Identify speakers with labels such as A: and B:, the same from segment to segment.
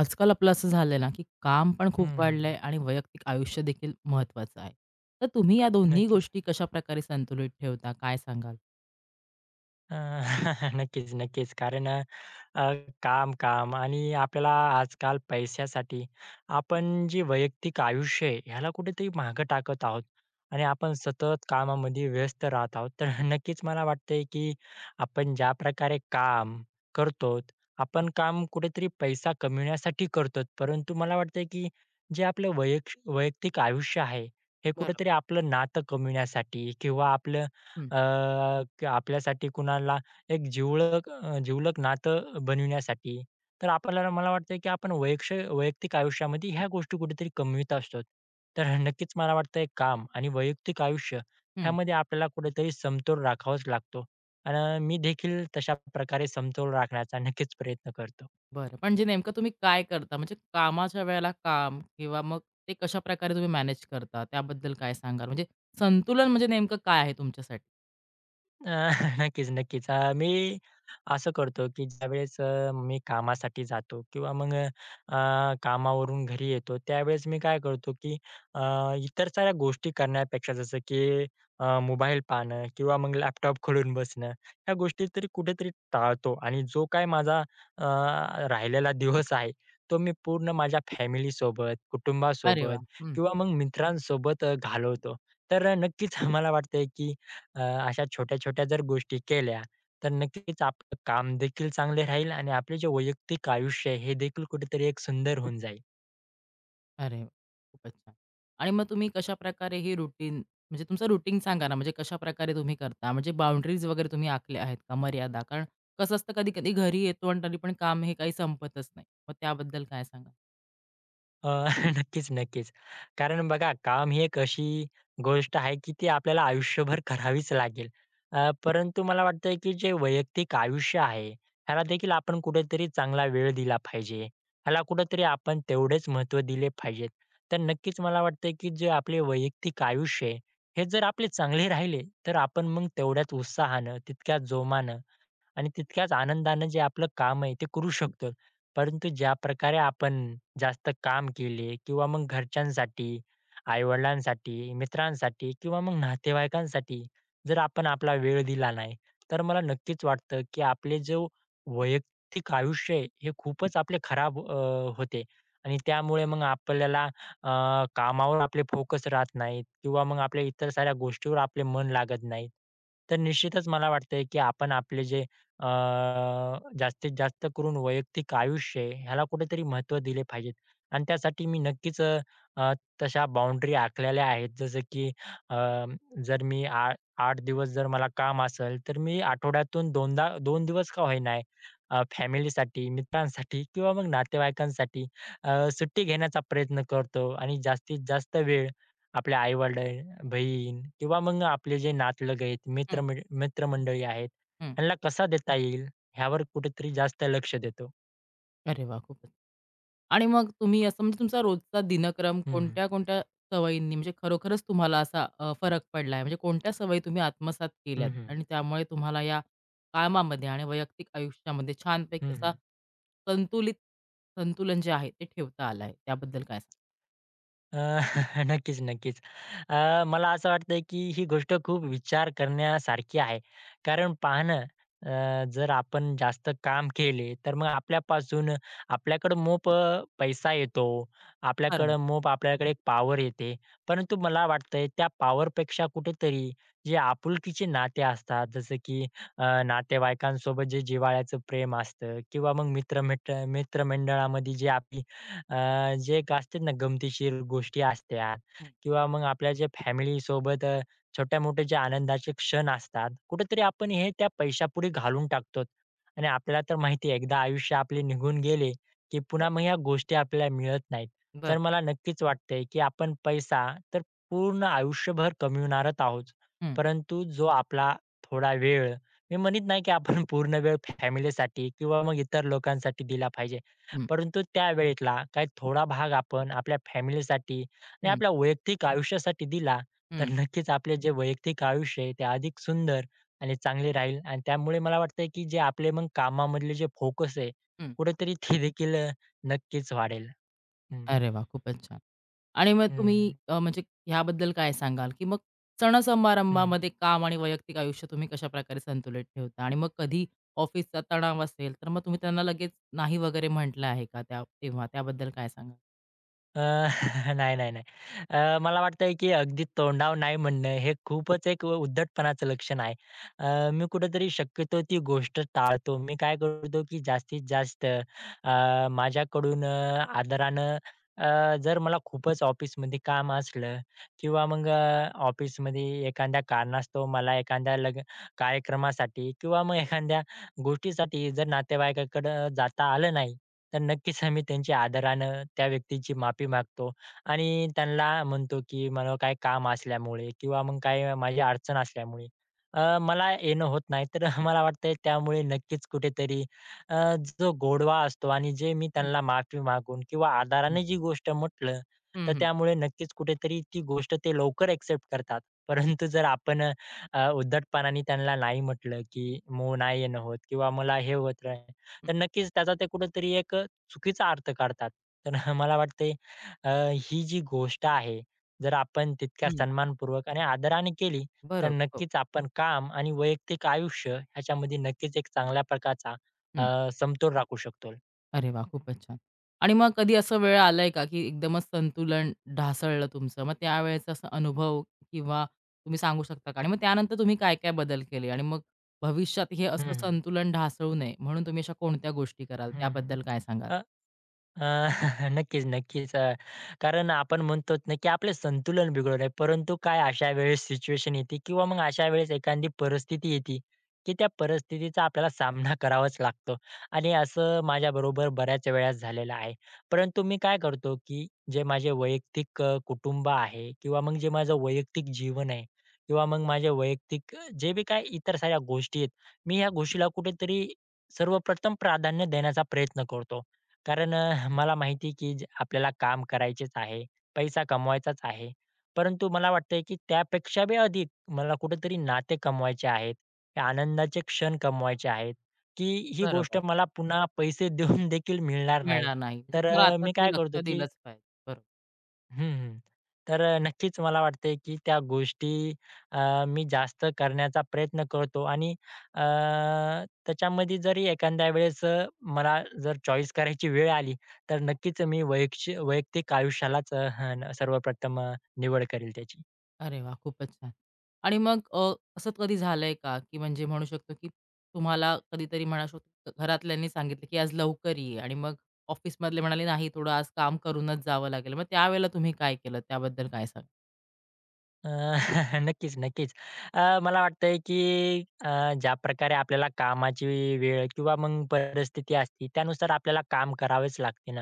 A: आजकाल आपलं असं झालंय ना, की काम पण
B: हं,
A: खूप वाढलंय
B: हं.
A: आणि वैयक्तिक आयुष्य देखील महत्त्वाचं आहे. तर तुम्ही या दोन्ही
B: नक्कीच.
A: गोष्टी कशा कशाप्रकारे संतुलित ठेवता? काय सांगाल?
B: अ, नक्कीच, नक्कीच. कारण अ, काम आणि आपल्याला आजकाल पैशासाठी आपण जे वैयक्तिक आयुष्य आहे, ह्याला कुठेतरी मागं टाकत आहोत आणि आपण सतत कामामध्ये व्यस्त राहत आहोत. तर नक्कीच मला वाटतंय, की आपण ज्या प्रकारे काम करतो, आपण काम कुठेतरी पैसा कमविण्यासाठी करतो. परंतु मला वाटतंय, की जे आपलं वैयक्तिक आयुष्य आहे, हे
A: बरोबर.
B: कुठेतरी आपलं नातं कमविण्यासाठी किंवा आपलं
A: हं,
B: अ, आपल्यासाठी कुणाला एक जिवलग नातं बनविण्यासाठी. तर आपल्याला मला वाटतंय की आपण वैयक्तिक आयुष्यामध्ये ह्या गोष्टी कुठेतरी कमवीत असतो. तर नक्कीच मला वाटतंय काम आणि वैयक्तिक आयुष्य
A: हं.
B: ह्यामध्ये आपल्याला कुठेतरी समतोल राखावाच लागतो. आणि मी देखील तशा प्रकारे समतोल राखण्याचा नक्कीच प्रयत्न करतो.
A: बरं. म्हणजे नेमकं तुम्ही काय करता? म्हणजे कामाच्या वेळेला काम किंवा मग ते कशाप्रकारे तुम्ही मॅनेज करता? त्याबद्दल काय सांगाल? म्हणजे संतुलन म्हणजे नेमकं काय आहे तुमच्यासाठी?
B: अ, नक्कीच, नक्कीच. मी असं करतो, की ज्यावेळेस मी कामासाठी जातो किंवा मग कामावरून घरी येतो, त्यावेळेस मी काय करतो, की अ, इतर साऱ्या गोष्टी करण्यापेक्षा जसं की मोबाईल पाहणं किंवा मग लॅपटॉप खोलून बसणं, ह्या गोष्टी तरी कुठेतरी टाळतो आणि जो काही माझा अ, राहिलेला दिवस आहे, तो मी पूर्ण माझ्या फॅमिलीसोबत,
A: अरे
B: कुटुंबासोबत
A: वाह!
B: किंवा मग मित्रांसोबत घालवतो. तर नक्कीच मला वाटतंय, की अ, अशा छोट्या-छोट्या जर गोष्टी केल्या, तर नक्कीच आपलं काम देखील चांगले राहील आणि आपले जे वैयक्तिक आयुष्य आहे, हे देखील कुठेतरी एक सुंदर होऊन जाईल.
A: अरे वाह! खूपच छान. आणि मग तुम्ही कशाप्रकारे ही रुटीन म्हणजे तुमचं रुटीन सांगा ना, म्हणजे कशाप्रकारे तुम्ही करता? म्हणजे बाउंडरीज वगैरे तुम्ही आखल्या आहेत का, मर्यादा? कारण कसं असतं कधी-कधी घरी येतो आणि तरी पण काम हे काही संपतच नाही. मग त्याबद्दल काय सांगाल?
B: अ, नक्कीच, नक्कीच. कारण बघा काम ही एक अशी गोष्ट आहे, की ती आपल्याला आयुष्यभर करावीच लागेल. परंतु मला वाटतं, की जे वैयक्तिक आयुष्य आहे, ह्याला देखील आपण कुठेतरी चांगला वेळ दिला पाहिजे. ह्याला कुठेतरी आपण तेवढेच महत्व दिले पाहिजेत. तर नक्कीच मला वाटतं, की जे आपले वैयक्तिक आयुष्य आहे, हे जर आपले चांगले राहिले, तर आपण मग तेवढ्याच उत्साहानं, तितक्याच जोमानं आणि तितक्याच आनंदानं जे आपलं काम आहे ते करू शकतो. परंतु ज्या प्रकारे आपण जास्त काम केले किंवा मग घरच्यांसाठी, आई-वडिलांसाठी, मित्रांसाठी किंवा मग नातेवाईकांसाठी जर आपण आपला वेळ दिला नाही, तर मला नक्कीच वाटतं, की आपले जो वैयक्तिक आयुष्य आहे हे खूपच आपले खराब होते आणि त्यामुळे मग आपल्याला कामावर आपले फोकस राहत नाहीत किंवा मग आपल्या इतर साऱ्या गोष्टीवर आपले मन लागत नाहीत. तर निश्चितच मला वाटतंय, की आपण आपले जे अ, जास्तीत जास्त करून वैयक्तिक आयुष्य आहे, ह्याला कुठेतरी महत्त्व दिले पाहिजेत आणि त्यासाठी मी नक्कीच अ, तशा बाउंडरी आखलेल्या आहेत. जसं की अ, जर मी 8 दिवस जर मला काम असेल, तर मी आठवड्यातून 2दा दोन दिवस का होईना फॅमिलीसाठी, मित्रांसाठी किंवा मग नातेवाईकांसाठी सुट्टी घेण्याचा प्रयत्न करतो आणि जास्तीत जास्त वेळ आपल्या आई-वडील, बहीण किंवा मग आपले जे नातलग आहेत, मित्रमंडळी आहेत ह्यांना कसा देता येईल ह्यावर कुठेतरी जास्त लक्ष देतो.
A: अरे वाह! खूपच. आणि मग तुम्ही असं म्हणजे तुमचा रोजचा दिनक्रम
B: हं, हं.
A: कोणत्या-कोणत्या सवयींनी म्हणजे खरोखरच तुम्हाला असा फरक पडलाय? म्हणजे कोणत्या सवयी तुम्ही आत्मसात
B: हं,
A: केल्यात
B: हं.
A: आणि त्यामुळे तुम्हाला या कामामध्ये आणि वैयक्तिक आयुष्यामध्ये छानपैकी असा संतुलित संतुलन जे आहे ते ठेवता आलं आहे? त्याबद्दल काय सांगाल?
B: अ, नक्कीच, नक्कीच. मला असं वाटतंय की ही गोष्ट खूप विचार करण्यासारखी आहे. कारण पहा ना, जर आपण जास्त काम केले, तर मग आपल्यापासून आपल्याकडं मोप पैसा येतो.
A: बरं.
B: आपल्याकडं मोप आपल्याकडे एक पॉवर येते. परंतु मला वाटतंय त्या पॉवरपेक्षा कुठेतरी जे आपुलकीचे नाते असतात, जसं की नातेवाईकांसोबत जे जिव्हाळ्याचं प्रेम असतं किंवा मग मित्रमंडळामध्ये जी आपली जे एक असते ना गमतीशीर गोष्टी असतात
A: हं.
B: किंवा मग आपल्या जे फॅमिलीसोबत छोट्या-मोठे जे आनंदाचे क्षण असतात, कुठेतरी आपण हे त्या पैशापुढे घालून टाकतो. आणि आपल्याला तर माहिती आहे एकदा आयुष्य आपले निघून गेले, की पुन्हा मग ह्या गोष्टी आपल्याला मिळत नाहीत.
A: बरं.
B: तर मला नक्कीच वाटतंय, की आपण पैसा तर पूर्ण आयुष्यभर कमविणारच आहोत.
A: हं.
B: परंतु जो आपला थोडा वेळ, मी म्हणत नाही की आपण पूर्ण वेळ फॅमिलीसाठी किंवा मग इतर लोकांसाठी दिला पाहिजे.
A: हं.
B: परंतु त्या वेळेतला काही थोडा भाग आपण आपल्या फॅमिलीसाठी आणि
A: हं.
B: आपल्या वैयक्तिक आयुष्यासाठी दिला, तर
A: हं.
B: नक्कीच आपले जे वैयक्तिक आयुष्य आहे ते अधिक सुंदर आणि चांगले राहील आणि त्यामुळे मला वाटतंय, की जे आपले मग कामामधले जे फोकस आहे,
A: हं.
B: कुठेतरी ते देखील नक्कीच वाढेल. हं.
A: अरे वाह! खूपच छान. आणि मग तुम्ही
B: हं,
A: म्हणजे ह्याबद्दल काय सांगाल, की मग
B: हं.
A: सण-समारंभामध्ये काम आणि वैयक्तिक आयुष्य तुम्ही कशाप्रकारे संतुलित ठेवता? आणि मग कधी ऑफिसचा तणाव असेल, तर मग तुम्ही त्यांना लगेच नाही वगैरे म्हटलं आहे का त्या तेव्हा? त्याबद्दल काय सांगाल?
B: अ, नाही, नाही, नाही. मला वाटतंय की अगदी तोंडाव नाही म्हणणं हे खूपच एक उद्धटपणाचं लक्षण आहे. मी कुठेतरी शक्यतो ती गोष्ट टाळतो. मी काय करतो की जास्तीत जास्त माझ्याकडून आदरानं अ, जर मला खूपच ऑफिसमध्ये काम असलं किंवा मग ऑफिसमध्ये एखाद्या कारणास्तव मला एखाद्या कार्यक्रमासाठी किंवा मग एखाद्या गोष्टीसाठी जर नातेवाईकाकडं जाता आलं नाही तर नक्कीच आम्ही त्यांच्या आदरानं त्या व्यक्तीची माफी मागतो आणि त्यांना म्हणतो, की मला काही काम असल्यामुळे किंवा मग काही माझी अडचण असल्यामुळे मला येणं होत नाही. तर मला वाटतंय त्यामुळे नक्कीच कुठेतरी अ, जो गोडवा असतो आणि जे मी त्यांना माफी मागून किंवा
A: हं, हं.
B: आदराने जी गोष्ट म्हटलं,
A: हं,
B: तर
A: हं.
B: त्यामुळे नक्कीच कुठेतरी ती गोष्ट ते लवकर एक्सेप्ट करतात. परंतु जर आपण उद्धटपणाने त्यांना नाही म्हटलं, की मग नाही येणं होत किंवा मला हे होत नाही, तर नक्कीच त्याचा ते कुठेतरी एक चुकीचा अर्थ काढतात. तर मला वाटतंय अ, ही जी गोष्ट आहे, जर आपण तितक्या सन्मानपूर्वक आणि आदराने केली, तर
A: बरोबर. हो.
B: नक्कीच आपण काम आणि वैयक्तिक आयुष्य ह्याच्यामध्ये नक्कीच एक चांगल्या प्रकारचा समतोल राखू शकतो.
A: अरे वाह! खूपच छान. आणि मग कधी असं वेळ आलाय का, की एकदमच संतुलन ढासळलं तुमचं? मग त्यावेळेचा असा अनुभव किंवा तुम्ही सांगू शकता का? आणि मग त्यानंतर तुम्ही काय-काय बदल केले? आणि मग भविष्यात हे
B: हं,
A: असं
B: हं.
A: संतुलन ढासळू नये म्हणून तुम्ही अशा कोणत्या गोष्टी कराल?
B: हं,
A: त्याबद्दल काय सांगाल?
B: अ, नक्कीच, नक्कीच. कारण आपण म्हणतोच ना, की आपलं संतुलन बिघडलं आहे. परंतु काय अशा वेळेस सिच्युएशन येते किंवा मग अशा वेळेस एखादी परिस्थिती येते, की त्या परिस्थितीचा आपल्याला सामना करावाच लागतो. आणि असं माझ्याबरोबर बऱ्याच वेळा झालेलं आहे. परंतु मी काय करतो, की जे माझे वैयक्तिक कुटुंब आहे किंवा मग जे माझं वैयक्तिक जीवन आहे किंवा मग माझे वैयक्तिक जे बी काही इतर साऱ्या गोष्टी आहेत, मी ह्या गोष्टीला कुठेतरी सर्वप्रथम प्राधान्य देण्याचा प्रयत्न करतो. कारण मला माहिती आहे की जे आपल्याला काम करायचेच आहे, पैसा कमवायचाच आहे. परंतु मला वाटतंय की त्यापेक्षा बी अधिक मला कुठेतरी नाते कमवायचे आहेत, हे आनंदाचे क्षण कमवायचे आहेत, की ही गोष्ट
A: बरोबर.
B: मला पुन्हा पैसे देऊन देखील मिळणार नाही.
A: मिळणार नाही. म्हणजे
B: तर
A: तुम्हाला आता
B: मी
A: तरी
B: काय करतो
A: लक्ष
B: की
A: दिलंच पाहिजे. बरोबर.
B: हं, तर नक्कीच मला वाटतंय की त्या गोष्टी मी जास्त करण्याचा प्रयत्न करतो आणि अ, त्याच्यामध्ये जरी एखाद्या वेळेस मला जर चॉईस करायची वेळ आली, तर नक्कीच मी वैयक्तिक आयुष्यालाच हं, सर्वप्रथम निवड करेल त्याची.
A: अरे वाह! खूपच छान. आणि मग असं कधी झालंय का, की म्हणजे म्हणू शकतो, की तुम्हाला कधीतरी म्हणू शकतो घरातल्यांनी सांगितलं, की आज लवकर ये आणि मग ऑफिसमधले म्हणाले, "नाही, थोडं आज काम करूनच जावं लागेल." मग त्यावेळेला तुम्ही काय केलं? त्याबद्दल काय सांगाल?
B: अ, नक्कीच, नक्कीच. मला वाटतंय, की ज्या प्रकारे आपल्याला कामाची वेळ किंवा मग परिस्थिती असते, त्यानुसार आपल्याला काम करावेच लागते ना.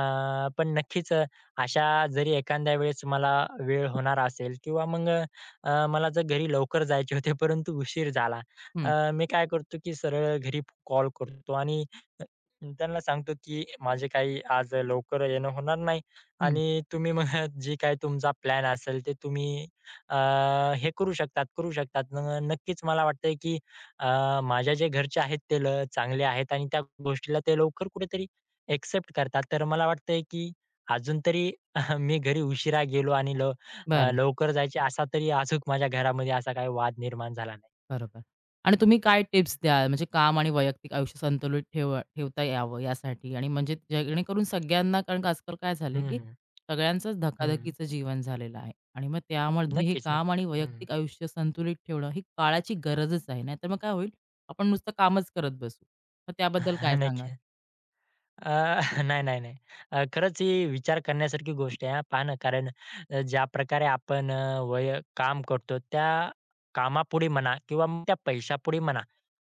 B: पण नक्कीच अशा जरी एखाद्या वेळेस मला वेळ होणार असेल किंवा मग मला जर घरी लवकर जायचे होते, परंतु उशीर झाला.
A: हं,
B: मी काय करतो, की सरळ घरी कॉल करतो आणि मी त्यांना सांगतो, की माझे काही आज लवकर येणं होणार नाही
A: हं.
B: आणि तुम्ही मग जे काही तुमचा प्लॅन असेल ते तुम्ही अ, हे करू शकतात, करू शकतात. नक्कीच मला वाटतंय, की अ, माझ्या जे घरचे आहेत ते चांगले आहेत आणि त्या गोष्टीला ते लवकर कुठेतरी एक्सेप्ट करतात. तर मला वाटतंय, की अजून तरी मी घरी उशिरा गेलो आणि
A: बरं.
B: लवकर जायचे असा तरी अजून माझ्या घरामध्ये असा काही वाद निर्माण झाला नाही.
A: बरोबर. आणि तुम्ही काय टिप्स द्याल? म्हणजे काम आणि वैयक्तिक आयुष्य संतुलित ठेवता यावं यासाठी आणि म्हणजे जेणेकरून सगळ्यांना कारण का आजकाल काय झालंय,
B: हं,
A: की
B: हं.
A: सगळ्यांचंच
B: हं.
A: धकाधकीचं जीवन झालेलं आहे आणि मग त्यामध्ये हे
B: नक्कीच,
A: काम
B: नक्कीच.
A: आणि
B: हं.
A: वैयक्तिक आयुष्य संतुलित ठेवणं ही काळाची गरजच आहे. नाहीतर मग काय होईल, आपण नुसतं कामच करत बसू. मग त्याबद्दल काय सांगाल?
B: नक्की. अ, नाही, नाही, नाही. खरंच ही विचार करण्यासारखी गोष्ट आहे हां. पहा ना, कारण ज्या प्रकारे आपण काम करतो, त्या कामापुढे म्हणा किंवा मग त्या पैशापुढे म्हणा,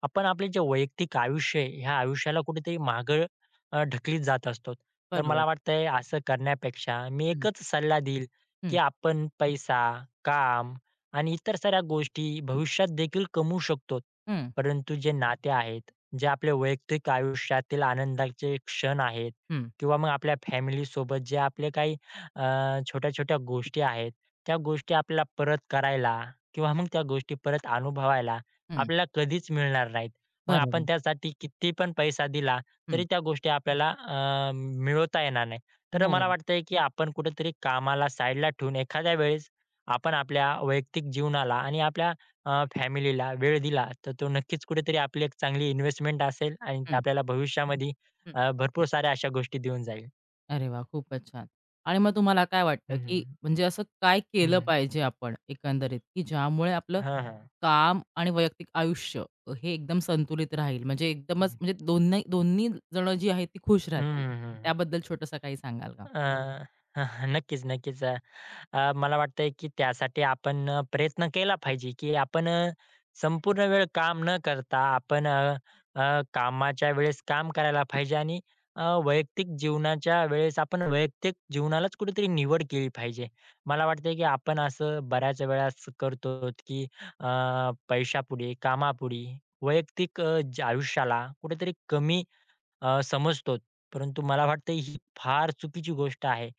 B: आपण आपले जे वैयक्तिक आयुष्य आहे, ह्या आयुष्याला कुठेतरी मागं ढकलीत जात असतो. तर
A: बरोबर.
B: मला वाटतंय असं करण्यापेक्षा मी
A: हं,
B: एकच सल्ला देईल, की
A: हं,
B: आपण पैसा, काम आणि इतर साऱ्या गोष्टी भविष्यात देखील कमवू शकतो.
A: हं,
B: परंतु जे नाते आहेत, जे आपले वैयक्तिक आयुष्यातील आनंदाचे क्षण आहेत
A: हं,
B: किंवा मग आपल्या फॅमिली सोबत जे आपले काही अ, छोट्या-छोट्या गोष्टी आहेत, त्या गोष्टी आपल्याला परत करायला किंवा मग त्या गोष्टी परत अनुभवायला
A: हं.
B: आपल्याला कधीच मिळणार नाहीत. मग आपण
A: बरोबर.
B: त्यासाठी किती पण पैसा दिला,
A: हं,
B: तरी त्या गोष्टी आपल्याला मिळवता येणार नाही. तर मला
A: बरोबर.
B: वाटतंय, की आपण कुठेतरी कामाला साईडला ठेवून एखाद्या वेळेस आपण आपल्या वैयक्तिक जीवनाला आणि आपल्या फॅमिलीला वेळ दिला, तर तो नक्कीच कुठेतरी आपली एक चांगली इन्व्हेस्टमेंट असेल आणि ते
A: हं,
B: आपल्याला हं. भविष्यामध्ये भरपूर साऱ्या अशा गोष्टी देऊन जाईल.
A: अरे वाह! खूपच छान. आणि मग तुम्हाला काय वाटतं,
B: हं,
A: की
B: हं.
A: म्हणजे असं काय केलं
B: हं.
A: पाहिजे आपण एकंदरीत, की ज्यामुळे आपलं
B: हां, हां.
A: काम आणि वैयक्तिक आयुष्य हे एकदम संतुलित राहील? म्हणजे एकदमच
B: हं.
A: म्हणजे दोन्ही दोन्ही जण जी आहेत ती खुश
B: हं,
A: राहतील.
B: हं, हं.
A: त्याबद्दल छोटंसं काही सांगाल का?
B: अ, हा, हा, नक्कीच, नक्कीच. मला वाटतंय की त्यासाठी आपण प्रयत्न केला पाहिजे, की आपण संपूर्ण वेळ काम न करता आपण कामाच्या वेळेस काम करायला पाहिजे आणि वैयक्तिक जीवनाच्या वेळेस आपण वैयक्तिक जीवनालाच कुठेतरी निवड केली पाहिजे. मला वाटतंय की आपण असं बऱ्याच वेळा असं करतो, की अ, पैशापुढे, कामापुढे वैयक्तिक आयुष्याला कुठेतरी कमी समजतोच. परंतु मला वाटतंय ही फार चुकीची गोष्ट आहे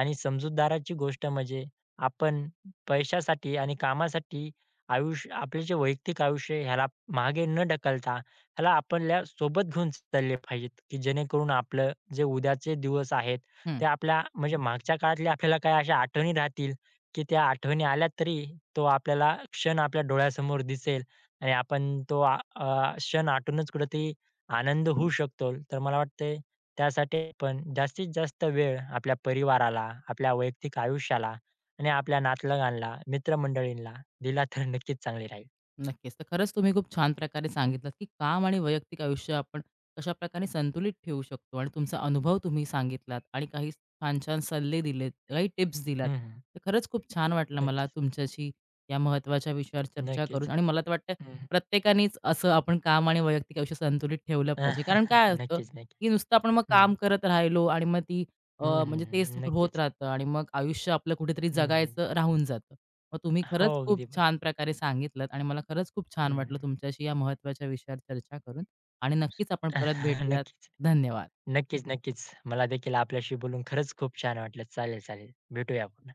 B: आणि समजूतदाराची गोष्ट म्हणजे आपण पैशासाठी आणि कामासाठी आयुष्य आपले जे वैयक्तिक आयुष्य ह्याला मागे न ढकलता ह्याला आपल्या सोबत घेऊन चालले पाहिजेत, की जेणेकरून आपलं जे उद्याचे दिवस आहेत ते आपल्या म्हणजे मागच्या काळातल्या आपल्याला काही अशा आठवणी राहतील, की त्या आठवणी आल्या तरी तो आपल्याला क्षण आपल्या डोळ्यासमोर दिसेल आणि आपण तो क्षण आठवूनच कुठेतरी आनंद होऊ शकतो. तर मला वाटतंय त्यासाठी आपण जास्तीत जास्त वेळ आपल्या परिवाराला, आपल्या वैयक्तिक आयुष्याला आणि आपल्या नातलगांना, मित्रमंडळींना दिला तर नक्कीच चांगले राहील.
A: नक्कीच. तर खरंच तुम्ही खूप छान प्रकारे सांगितलं, की काम आणि वैयक्तिक आयुष्य आपण कशाप्रकारे संतुलित ठेवू शकतो आणि तुमचा अनुभव तुम्ही सांगितलात आणि काही छान-छान सल्ले दिलेत, काही टिप्स दिल्यात.
B: हं, हं.
A: तर खरंच खूप छान वाटलं मला
B: नक्कीच,
A: तुमच्याशी या महत्त्वाच्या विषयावर चर्चा
B: नक्कीच.
A: करून आणि मला तर वाटतं
B: हं,
A: प्रत्येकानेच असं आपण काम आणि वैयक्तिक आयुष्य संतुलित ठेवलं पाहिजे. कारण काय असतं,
B: नक्कीच, नक्कीच.
A: की नुसतं आपण मग
B: हं.
A: काम करत राहिलो आणि मग ती
B: हं,
A: म्हणजे तेच
B: हं,
A: होत
B: नक्कीच.
A: राहतं आणि मग आयुष्य आपलं कुठेतरी
B: हं, हं.
A: जगायचं राहून जातं. मग तुम्ही
B: हो,
A: खरंच खूप
B: अगदी
A: छान
B: बरोबर.
A: प्रकारे सांगितलत आणि मला खरंच खूप छान
B: हं.
A: वाटलं तुमच्याशी या महत्त्वाच्या विषयावर चर्चा करून आणि नक्कीच आपण परत भेटूयात.
B: नक्कीच.
A: धन्यवाद.
B: नक्कीच, नक्कीच. मला देखील आपल्याशी बोलून खरंच खूप छान वाटलं. चालेल, चालेल. भेटूया पुन्हा.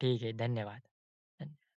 B: ठीक आहे. धन्यवाद.